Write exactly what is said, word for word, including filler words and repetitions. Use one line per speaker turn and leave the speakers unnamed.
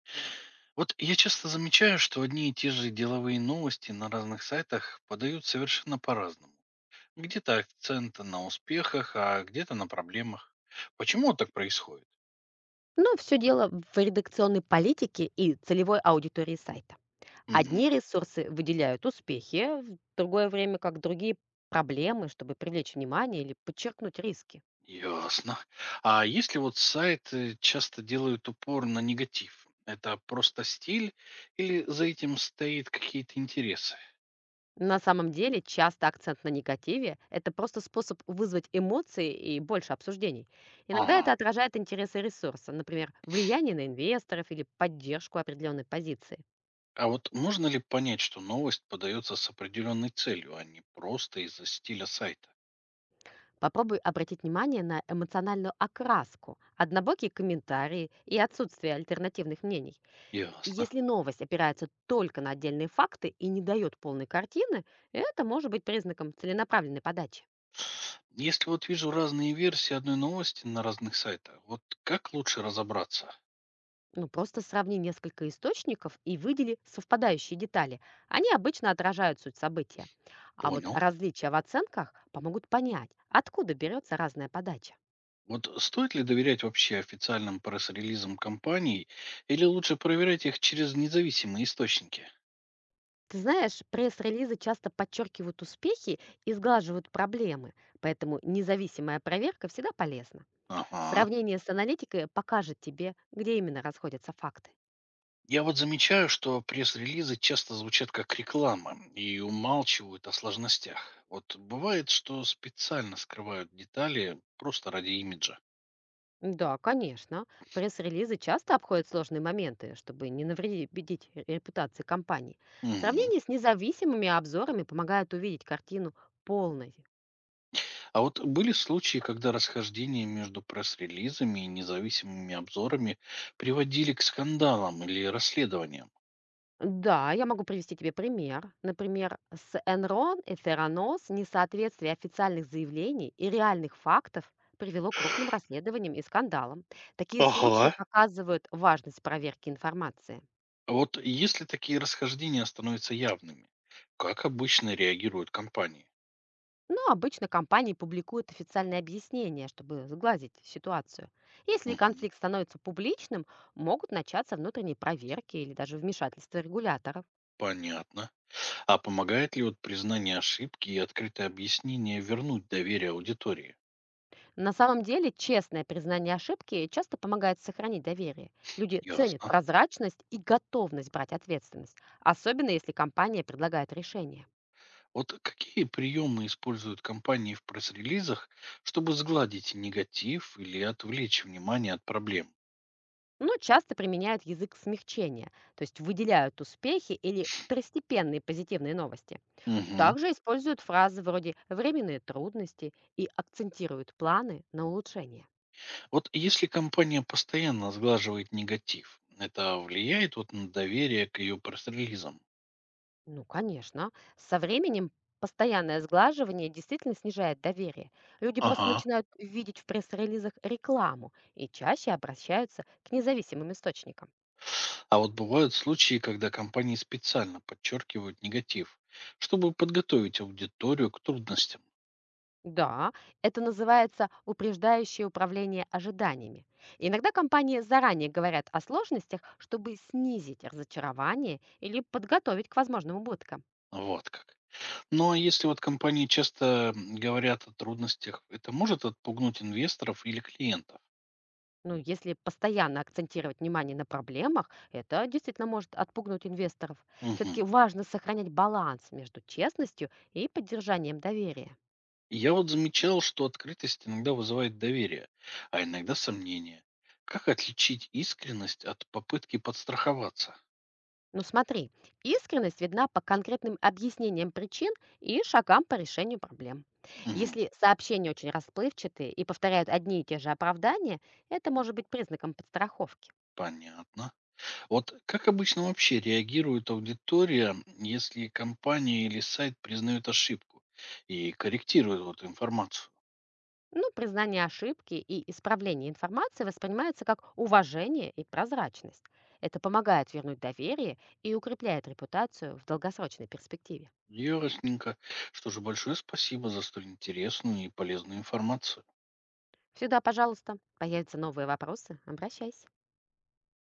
Вот я часто замечаю, что одни и те же деловые новости на разных сайтах подают совершенно по-разному. Где-то акценты на успехах, а где-то на проблемах. Почему вот так происходит?
Но все дело в редакционной политике и целевой аудитории сайта.
Мгм,
Одни ресурсы выделяют успехи, в другое время как другие проблемы, чтобы привлечь внимание или подчеркнуть риски.
ясно. А если вот сайты часто делают упор на негатив, это просто стиль или за этим стоит какие-то интересы?
На самом деле часто акцент на негативе– это просто способ вызвать эмоции и больше обсуждений. Иногда
Ага.
это отражает интересы ресурса, например, влияние на инвесторов или поддержку определенной позиции.
А вот можно ли понять, что новость подается с определенной целью, а не просто из-за стиля сайта?
Попробуй обратить внимание на эмоциональную окраску, однобокие комментарии и отсутствие альтернативных мнений. И
Ясно.
если новость опирается только на отдельные факты и не дает полной картины, это может быть признаком целенаправленной подачи.
Если вот вижу разные версии одной новости на разных сайтах, вот как лучше разобраться?
Ну, просто сравни несколько источников и выдели совпадающие детали. Они обычно отражают суть события. А вот
Понял.
различия в оценках помогут понять, откуда берется разная подача.
Вот стоит ли доверять вообще официальным пресс-релизам компаний или лучше проверять их через независимые источники?
Ты знаешь, пресс-релизы часто подчеркивают успехи и сглаживают проблемы, поэтому независимая проверка всегда полезна.
Ага.
Сравнение с аналитикой покажет тебе, где именно расходятся факты.
Я вот замечаю, что пресс-релизы часто звучат как реклама и умалчивают о сложностях. Вот бывает, что специально скрывают детали просто ради имиджа.
Да, конечно. Пресс-релизы часто обходят сложные моменты, чтобы не навредить репутации компании.
Мгм.
Сравнение с независимыми обзорами помогает увидеть картину полной.
А вот были случаи, когда расхождения между пресс-релизами и независимыми обзорами приводили к скандалам или расследованиям?
Да, я могу привести тебе пример. Например, с Enron и Theranos несоответствие официальных заявлений и реальных фактов привело к крупным расследованиям и скандалам. Такие случаи
Ага.
показывают важность проверки информации.
А вот если такие расхождения становятся явными, как обычно реагируют компании?
Но обычно компании публикуют официальные объяснения, чтобы сгладить ситуацию. Если
Мгм.
конфликт становится публичным, могут начаться внутренние проверки или даже вмешательство регуляторов.
Понятно. А помогает ли вот признание ошибки и открытое объяснение вернуть доверие аудитории?
На самом деле, честное признание ошибки часто помогает сохранить доверие. Люди ценят
Ясно.
прозрачность и готовность брать ответственность, особенно если компания предлагает решение.
Вот какие приемы используют компании в пресс-релизах, чтобы сгладить негатив или отвлечь внимание от проблем?
Но часто применяют язык смягчения, то есть выделяют успехи или второстепенные позитивные новости.
Мгм.
Также используют фразы вроде «временные трудности» и акцентируют планы на улучшение.
Вот если компания постоянно сглаживает негатив, это влияет вот на доверие к ее пресс-релизам?
Ну, конечно. Со временем постоянное сглаживание действительно снижает доверие. Люди просто
Ага.
начинают видеть в пресс-релизах рекламу и чаще обращаются к независимым источникам.
А вот бывают случаи, когда компании специально подчеркивают негатив, чтобы подготовить аудиторию к трудностям.
Да, это называется упреждающее управление ожиданиями. Иногда компании заранее говорят о сложностях, чтобы снизить разочарование или подготовить к возможным убыткам.
Вот как. Ну а если вот компании часто м, говорят о трудностях, это может отпугнуть инвесторов или клиентов?
Ну, если постоянно акцентировать внимание на проблемах, это действительно может отпугнуть инвесторов.
Мгм.
Все-таки важно сохранять баланс между честностью и поддержанием доверия.
Я вот замечал, что открытость иногда вызывает доверие, а иногда сомнения. Как отличить искренность от попытки подстраховаться?
Ну смотри, искренность видна по конкретным объяснениям причин и шагам по решению проблем.
Мгм,
Если сообщения очень расплывчатые и повторяют одни и те же оправдания, это может быть признаком подстраховки.
понятно. Вот как обычно вообще реагирует аудитория, если компания или сайт признают ошибку и корректирует вот информацию?
Ну, признание ошибки и исправление информации воспринимается как уважение и прозрачность. Это помогает вернуть доверие и укрепляет репутацию в долгосрочной перспективе.
Ясненько. Что же, большое спасибо за столь интересную и полезную информацию.
Всегда, пожалуйста, появятся новые вопросы, обращайся.